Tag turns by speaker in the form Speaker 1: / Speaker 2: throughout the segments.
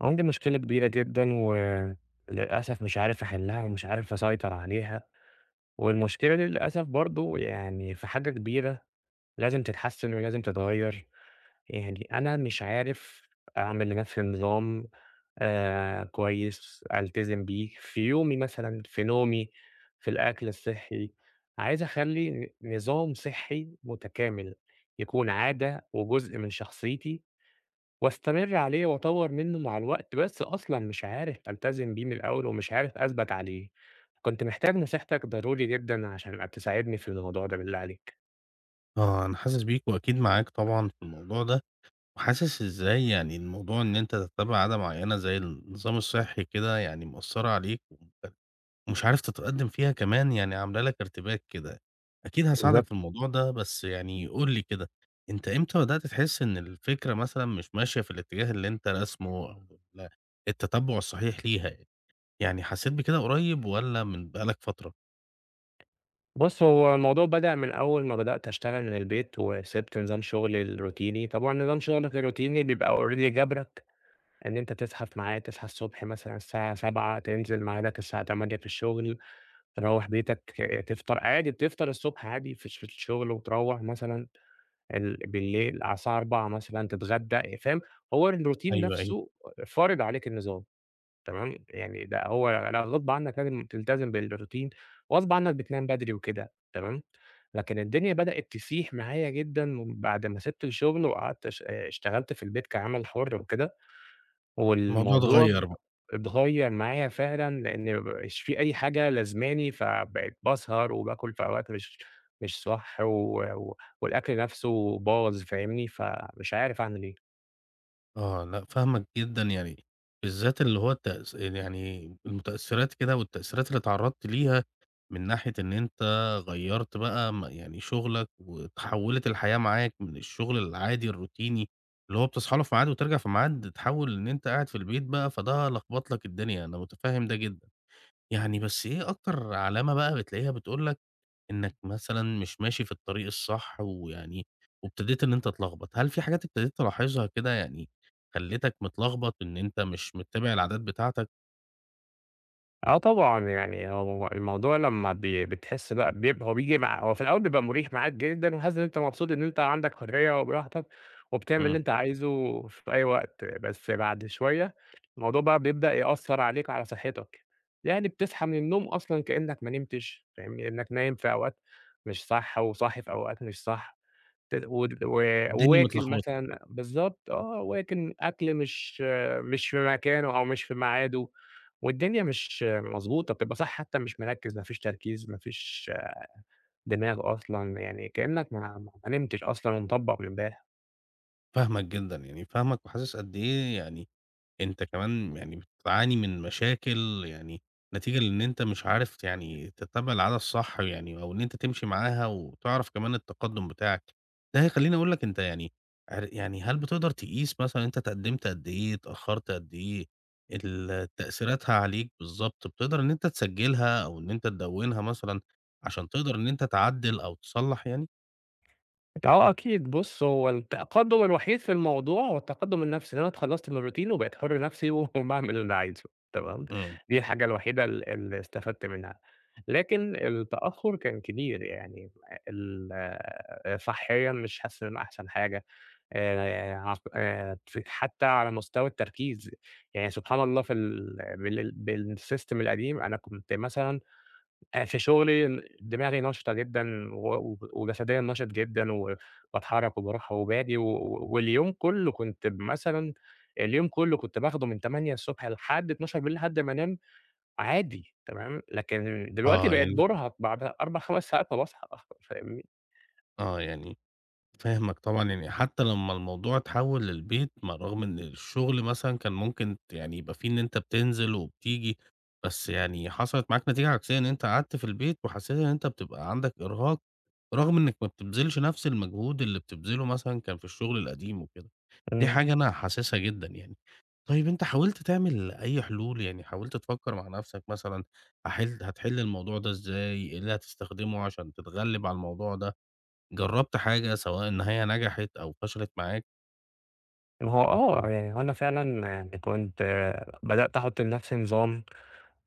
Speaker 1: عندي مشكلة كبيرة جدًا، وللأسف مش عارف أحلها ومش عارف أسيطر عليها، والمشكلة دي للأسف برضه يعني في حاجة كبيرة لازم تتحسن ولازم تتغير، يعني أنا مش عارف أعمل لنفسي نظام كويس ألتزم بيه في يومي مثلًا، في نومي، في الأكل الصحي، عايز أخلّي نظام صحي متكامل، يكون عادة وجزء من شخصيتي. واستمر عليه وأطوّر منّه مع الوقت، بس أصلًا مش عارف ألتزم بيه من الأول ومش عارف أثبَت عليه، كنت محتاج نصيحتك ضروري جدًا عشان تساعدني في الموضوع ده بالله عليك.
Speaker 2: آه، أنا حاسس بيك وأكيد معاك طبعًا في الموضوع ده، وحاسس إزاي يعني الموضوع إن أنت تتبع عادة معيّنة زي النظام الصحّي كده يعني مأثّرة عليك ومش عارف تتقدّم فيها كمان، يعني عاملة لك ارتباك كده. أكيد هاساعدك
Speaker 1: بالضبط.
Speaker 2: في الموضوع ده، بس يعني قُل لي كده، أنت إمتى بدأت تحس إن الفكرة مثلًا مش ماشية في الاتجاه اللي أنت راسمه أو التتبُّع الصحيح ليها يعني؟ يعني حسّيت بكده قريب والّا من بقى لك فترة؟
Speaker 1: بُص، هو الموضوع بدأ من أول ما بدأت أشتغل من البيت وسِبت نظام شُغلي الروتيني، طبعًا نظام شُغلك الروتيني بيبقى already جابرك إن أنت تصحى في ميعاد، تصحى الصبح مثلًا الساعة 07:00، تنزل ميعادك الساعة 08:00 في الشُغل، تروّح بيتك تفطر عادي، بتفطر الصبح عادي في الشُغل وتروّح مثلًا بالليل على الساعة 16:00 مثلًا تتغدى، فاهم؟ هو الروتين
Speaker 2: أيوه، أيوه،
Speaker 1: نفسه فارض عليك النظام، تمام؟ يعني ده هو، لأ، غصب عنك لازم تلتزم بالروتين، غصب عنك بتنام بدري وكده، تمام؟ لكن الدنيا بدأت تسيح معايا جدًا بعد ما سِبت الشغل وقعدت اشتغلت في البيت كعمل حُر وكده.
Speaker 2: الموضوع
Speaker 1: والموضوع ب
Speaker 2: اتغيّر.
Speaker 1: اتغيّر معايا فعلًا لإن ما بقاش في أي حاجة لازماني، فبقيت باسهر وباكل في أوقات مش صح و و والأكل نَفْسه باظ، فاهمني؟ فمش عارف أعمل إيه.
Speaker 2: آه، لأ فاهمك جدًا، يعني بالذات اللي هو يعني المتأثّرات كده والتأثيرات اللي اتعرّضت ليها من ناحية إن أنت غيّرت بقى يعني شُغلك وتحوّلت الحياة معاك من الشُغل العادي الروتيني اللي هو بتصحى له في ميعاد وترجع في ميعاد، تحوّل إن أنت قاعد في البيت بقى، فده لخبط لك الدنيا، أنا متفهّم ده جدًا. يعني بس إيه أكتر علامة بقى بتلاقيها بتقول لك إنك مثلًا مش ماشي في الطريق الصح ويعني وابتديت إن أنت تتلخبط، هل في حاجات ابتديت تلاحظها كده يعني خلّتك متلخبط إن أنت مش متّبع العادات بتاعتك؟
Speaker 1: آه طبعًا، يعني هو الموضوع لمّا بتحس بقى، بيب هو بييجي هو في الأول بيبقى مُريح معاك جدًا، وحاسس إن أنت مبسوط إن أنت عندك حرية وبراحتك وبتعمل اللي
Speaker 2: إمم.
Speaker 1: أنت عايزه في أي وقت، بس بعد شوية الموضوع بقى بيبدأ يأثّر عليك وعلى صحّتك، يعني بتصحى من النوم أصلًا كإنّك ما نمتش، فاهمني؟ إنّك نايم في أوقات مش صح وصاحي في أوقات مش صح. ت ود و
Speaker 2: الدنيا
Speaker 1: وواكل
Speaker 2: متلخبطة.
Speaker 1: مثلًا، بالضبط، آه، واكل أكل مش في مكانه أو مش في ميعاده، والدنيا مش مضبوطة، بتبقى صاحي حتى مش مركّز، ما فيش تركيز، ما فيش دماغ أصلًا، يعني كإنّك ما نمتش أصلًا ومطبّق من امبارح.
Speaker 2: فاهمك جدًا، يعني فاهمك وحاسس قد إيه يعني أنت كمان يعني بتعاني من مشاكل يعني نتيجة لإن أنت مش عارف يعني تتّبع العادة الصح يعني أو إن أنت تمشي معاها وتعرف كمان التقدُّم بتاعك. ده هيخلّيني أقول لك أنت يعني يعني هل بتقدر تقيس مثلًا أنت اتقدّمت قد إيه، اتأخّرت قد إيه، تأثيراتها عليك بالضبط، بتقدر إن أنت تسجّلها أو إن أنت تدوّنها مثلًا عشان تقدر إن أنت تعدّل أو تصلّح يعني؟
Speaker 1: آه أكيد، بُص، هو التقدُّم الوحيد في الموضوع هو التقدُّم النَفْسي، إن أنا اتخلّصت من الroutine وبقيت حُر نَفْسي وباعمل اللي عايزه. تمام،
Speaker 2: إمم.
Speaker 1: دي الحاجة الوحيدة اللي استفدت منها، لكن التأخُّر كان كبير، يعني صحّيًا مش حاسس إن أنا أحسن حاجة، عق ف حتّى على مستوى التركيز، يعني سبحان الله، في بالsystem القديم أنا كنت مثلًا في شغلي دماغي نشطة جدًا و وجسديًا نشط جدًا، و باتحرّك وباروح وباجي واليوم كُلّه كنت مثلًا اليوم كُلّه كنت باخده من 8:00 ص لحد 24:00، لحد ما أنام عادي، تمام، لكن دلوقتي
Speaker 2: آه،
Speaker 1: بقيت
Speaker 2: يعني
Speaker 1: بارهق بعد 4، 5 ساعات فباصحى فاهمني؟
Speaker 2: آه، يعني فاهمك طبعًا، يعني حتى لمّا الموضوع اتحوّل للبيت، ما رغم إن الشغل مثلًا كان ممكن يعني يبقى في إن أنت بتنزل وبتيجي، بس يعني حصلت معاك نتيجة عكسية إن أنت قعدت في البيت وحسيت إن أنت بتبقى عندك إرهاق، رغم إنك ما بتبذلش نفس المجهود اللي بتبذله مثلًا كان في الشغل القديم وكده. دي
Speaker 1: إمم.
Speaker 2: حاجة أنا حاسسها جدًا يعني. طيب أنت حاولت تعمل أي حلول؟ يعني حاولت تفكّر مع نفسك مثلًا هتحل الموضوع ده إزاي؟ إيه اللي هتستخدمه عشان تتغلب على الموضوع ده؟ جرّبت حاجة سواء إن هي نجحت أو فشلت معاك؟
Speaker 1: ما هو آه، يعني هو أنا فعلًا، يعني كنت، بدأت أحُط لنَفْسي نظام.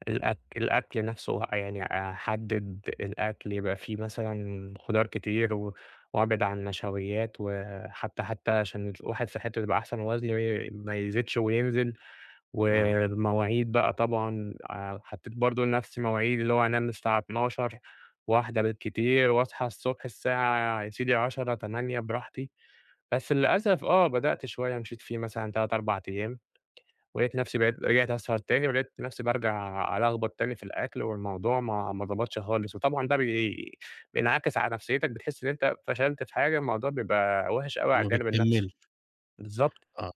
Speaker 1: الأكل نفسه يعني أحدد الأكل يبقى فيه مثلًا خضار كتير وأبعد عن النشويات، وحتى عشان الواحد صحته تبقى أحسن ووزنه ما يزيدش وينزل،
Speaker 2: إمم.
Speaker 1: والمواعيد بقى طبعًا، حطيت برضه لنفسي مواعيد، اللي هو أنام الساعة 00:00، 01:00 بالكتير، وأصحى الصبح الساعة يا سيدي 10:00، 08:00 براحتي، بس للأسف بدأت شوية مشيت فيه مثلًا 3، 4 أيام. ولقيت نفسي بقيت رجعت أسهر تاني، ولقيت نفسي بارجع ألخبط تاني في الأكل، والموضوع ما ضبطش خالص، وطبعًا ده بينعكس على نفسيتك، بتحس إن أنت فشلت في حاجة، الموضوع بيبقى وِحِش أوي على
Speaker 2: ما
Speaker 1: الجانب النفسي.
Speaker 2: بتكمّلش. آه،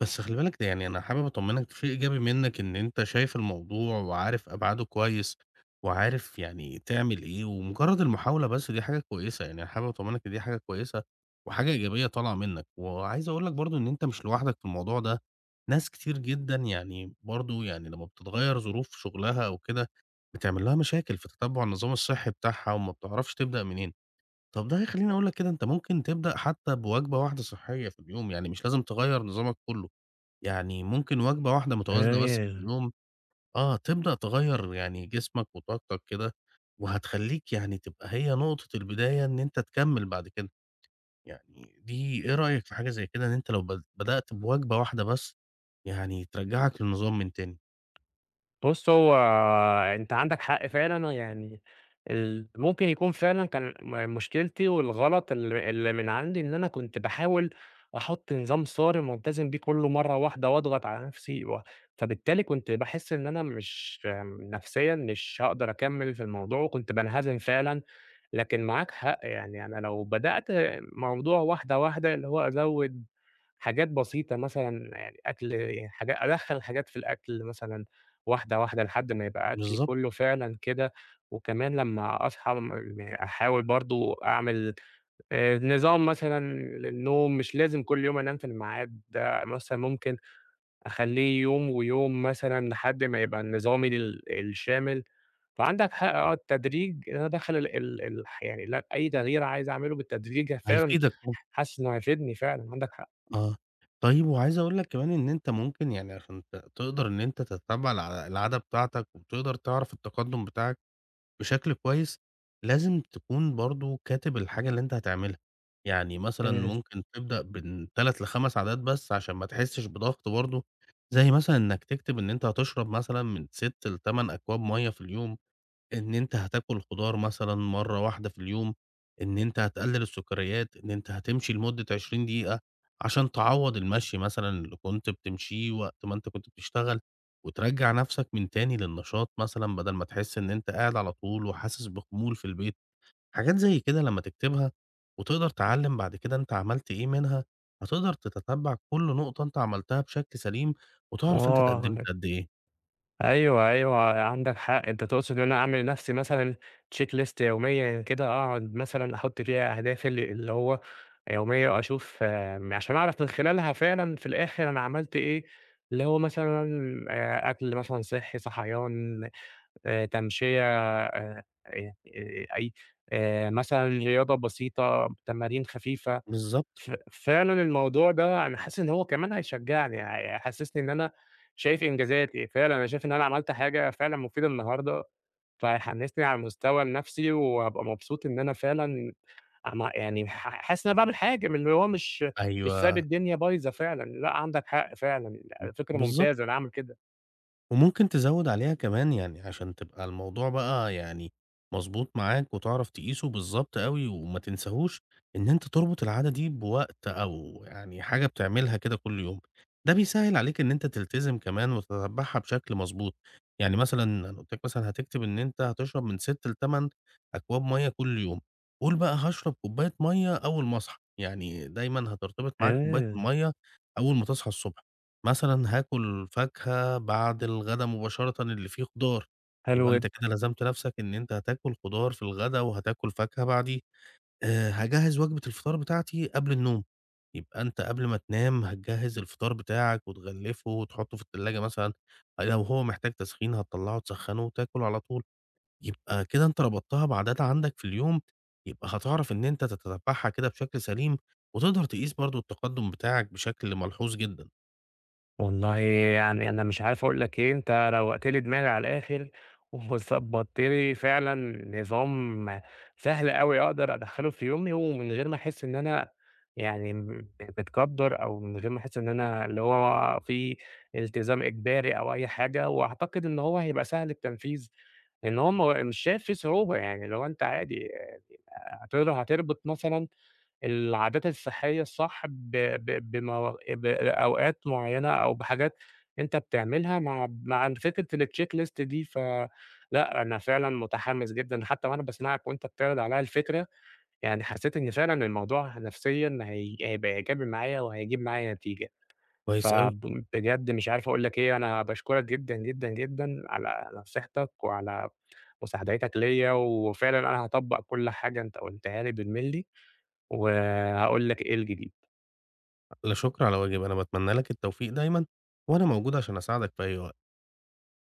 Speaker 2: بس خلّي بالك ده يعني أنا حابب أطمّنك في إيجابي منّك إن أنت شايف الموضوع وعارف أبعاده كويس، وعارف يعني تعمل إيه، ومجرّد المحاولة بس دي حاجة كويسة، يعني أنا حابب أطمّنك إن دي حاجة كويسة وحاجة إيجابية طالعة منّك، وعايز أقول لك برضه إن أنت مش لوحدك في الموضوع ده، ناس كتير جدًا يعني برضه يعني لمّا بتتغيّر ظروف شُغلها أو كده بتعمل لها مشاكل في تتبُّع النظام الصحّي بتاعها وما بتعرفش تبدأ منين. طب ده هيخلّيني أقول لك كده أنت ممكن تبدأ حتى بوجبة واحدة صحّية في اليوم، يعني مش لازم تغيّر نظامك كلّه، يعني ممكن وجبة واحدة متوازنة بس في
Speaker 1: بالضبط.
Speaker 2: اليوم. آه، تبدأ تغيّر يعني جسمك وطاقتك كده، وهتخلّيك يعني تبقى هي نقطة البداية إن أنت تكمّل بعد كده، يعني دي إيه رأيك في حاجة زي كده إن أنت لو بدأت بوجبة واحدة بس، يعني ترجّعك للنظام من تاني؟
Speaker 1: بُص، هو أنت عندك حق فعلًا، يعني ممكن يكون فعلًا كان مشكلتي والغلط اللي من عندي إن أنا كنت باحاول أحُط نظام صارم والتزم بيه كُلّه مرّة واحدة واضغط على نَفْسي، و فبالتالي كنت باحس إن أنا مش، نفسيًا مش هاقدر أكمِّل في الموضوع، وكنت بانهزم فعلًا. لكن معاك حق، يعني أنا لو بدأت موضوع واحدة، واحدة، اللي هو أزوِّد حاجات بسيطة مثلًا، يعني أكل، يعني أدخّل حاجات في الأكل مثلًا واحدة، واحدة، لحد ما يبقى أكلي
Speaker 2: بالضبط.
Speaker 1: كُلّه فعلًا كده، وكمان لمّا أصحى يعني أحاول برضه أعمل نظام مثلًا للنوم، مش لازم كل يوم أنام في الميعاد، ده، مثلًا ممكن أخلّيه يوم ويوم مثلًا لحد ما يبقى النظامي الشامل، فعندك حق، التدريج، إن أنا أدخّل ال ال الح يعني، لأ، أي تغيير عايز أعمله بالتدريج فعلًا.
Speaker 2: هيفيدك طبعًا.
Speaker 1: حاسس إنه هيفيدني فعلًا، عندك حق.
Speaker 2: آه. طيب وعايز أقول لك كمان إن أنت ممكن يعني عشان تقدر إن أنت تتّبع العادة بتاعتك وتقدر تعرف التقدُّم بتاعك بشكل كويس، لازم تكون برضه كاتب الحاجة اللي أنت هتعملها. يعني مثلًا
Speaker 1: إمم،
Speaker 2: ممكن تبدأ من 3 ل5 عادات بس عشان ما تحسّش بضغط برضه، زي مثلًا إنّك تكتب إن أنت هتشرب مثلًا من 6 ل8 أكواب مَيّة في اليوم. إن أنت هتاكل خضار مثلًا مرّة واحدة في اليوم، إن أنت هتقلل السكريات، إن أنت هتمشي لمدة 20 دقيقة عشان تعوّض المشي مثلًا اللي كنت بتمشيه وقت ما أنت كنت بتشتغل، وترجّع نفْسك من تاني للنشاط مثلًا بدل ما تحس إن أنت قاعد على طول وحاسس بخمول في البيت، حاجات زي كده لمّا تكتبها وتقدر تعلّم بعد كده أنت عملت إيه منها، هتقدر تتتبّع كل نقطة أنت عملتها بشكل سليم، وتعرف أنت
Speaker 1: آه.
Speaker 2: اتقدّمت قد إيه.
Speaker 1: أيوه، أيوه، عندك حق، أنت تقصد إن أنا أعمل لنفسي مثلًا checklist يوميًا كده، أقعد مثلًا أحُط فيها أهدافي اللي هو يومية، أشوف، عشان أعرف من خلالها فعلًا في الآخر أنا عملت إيه، اللي هو مثلًا أكل مثلًا صحّي، صحيان، تمشية، آآ، آآ، أي مثلًا رياضة بسيطة، تمارين خفيفة.
Speaker 2: بالضبط،
Speaker 1: فعلًا الموضوع ده أنا حاسس إن هو كمان هيشجّعني، هيحسّسني إن أنا شايف إنجازاتي، فعلًا أنا شايف إن أنا عملت حاجة فعلًا مفيدة النهارده، فهيحمّسني على المستوى النفسي وهابقى مبسوط إن أنا فعلًا عم يعني ح حاسس إن أنا باعمل حاجة، من اللي هو مش سايب
Speaker 2: أيوه،
Speaker 1: الدنيا بايظة فعلًا، لأ عندك حق فعلًا، فكرة
Speaker 2: بالضبط.
Speaker 1: ممتازة، أنا هاعمل كده.
Speaker 2: وممكن تزوّد عليها كمان يعني عشان تبقى الموضوع بقى يعني مضبوط معاك وتعرف تقيسه بالضبط أوي وما تنساهوش، إن أنت تربط العادة دي بوقت أو يعني حاجة بتعملها كده كل يوم. ده بيسهّل عليك إن أنت تلتزم كمان وتتبّعها بشكل مضبوط. يعني مثلًا أنا قُلت لك مثلًا هتكتب إن أنت هتشرب من 6 ل8 أكواب مَيّة كل يوم، قُل بقى هاشرب كوباية مَيّة أول ما أصحى، يعني دايمًا هترتبط معاك كوباية
Speaker 1: آه،
Speaker 2: المَيّة أول ما تصحى الصبح. مثلًا هاكل فاكهة بعد الغدا مباشرةً اللي فيه خضار، يبقى
Speaker 1: حلو
Speaker 2: أنت
Speaker 1: جدًا.
Speaker 2: كده لزمت نفسك إن أنت هتاكل خضار في الغدا وهتاكل فاكهة بعديه. هاجهّز وجبة الفطار بتاعتي قبل النوم، يبقى أنت قبل ما تنام هتجهّز الفطار بتاعك وتغلّفه وتحطه في التلاجة مثلًا، لو هو محتاج تسخين هتطلّعه تسخّنه وتاكل على طول. يبقى كده أنت ربطتها بعادات عندك في اليوم، يبقى هتعرف إن أنت تتبعها كده بشكل سليم، وتقدر تقيس برضه التقدم بتاعك بشكل ملحوظ جدًا.
Speaker 1: والله يعني أنا مش عارف أقول لك إيه، أنت روّقت لي دماغي على الآخر وضبّطت لي فعلًا نظام سهل أوي أقدر أدخّله في يومي، ومن غير ما أحس إن أنا يعني متقدّر، أو من غير ما أحس إن أنا اللي هو في التزام إجباري أو أي حاجة، وأعتقد إن هو هيبقى سهل التنفيذ، لإن هو مش شايف فيه صعوبة، يعني لو أنت عادي، يعني هتربط مثلًا العادات الصحية الصح ب بموا بأوقات معيّنة أو بحاجات أنت بتعملها مع مع فكرة الcheck list دي، فلأ أنا فعلًا متحمس جدًا، حتى وأنا باسمعك وأنت بتعرض عليّا الفكرة، يعني حسّيت إن فعلًا الموضوع نفسيًا هيبقى إيجابي معايا وهيجيب معايا نتيجة،
Speaker 2: كويس أوي.
Speaker 1: بجد مش عارف أقول لك إيه، أنا باشكرك جدًا، جدًا، جدًا على نصيحتك وعلى مساعدتك ليّا، وفعلًا أنا هاطبّق كل حاجة أنت قُلتها لي بالملي. وهاقول لك إيه الجديد.
Speaker 2: لا شكر على واجب، أنا باتمنى لك التوفيق دايمًا، وأنا موجود عشان أساعدك في أي وقت.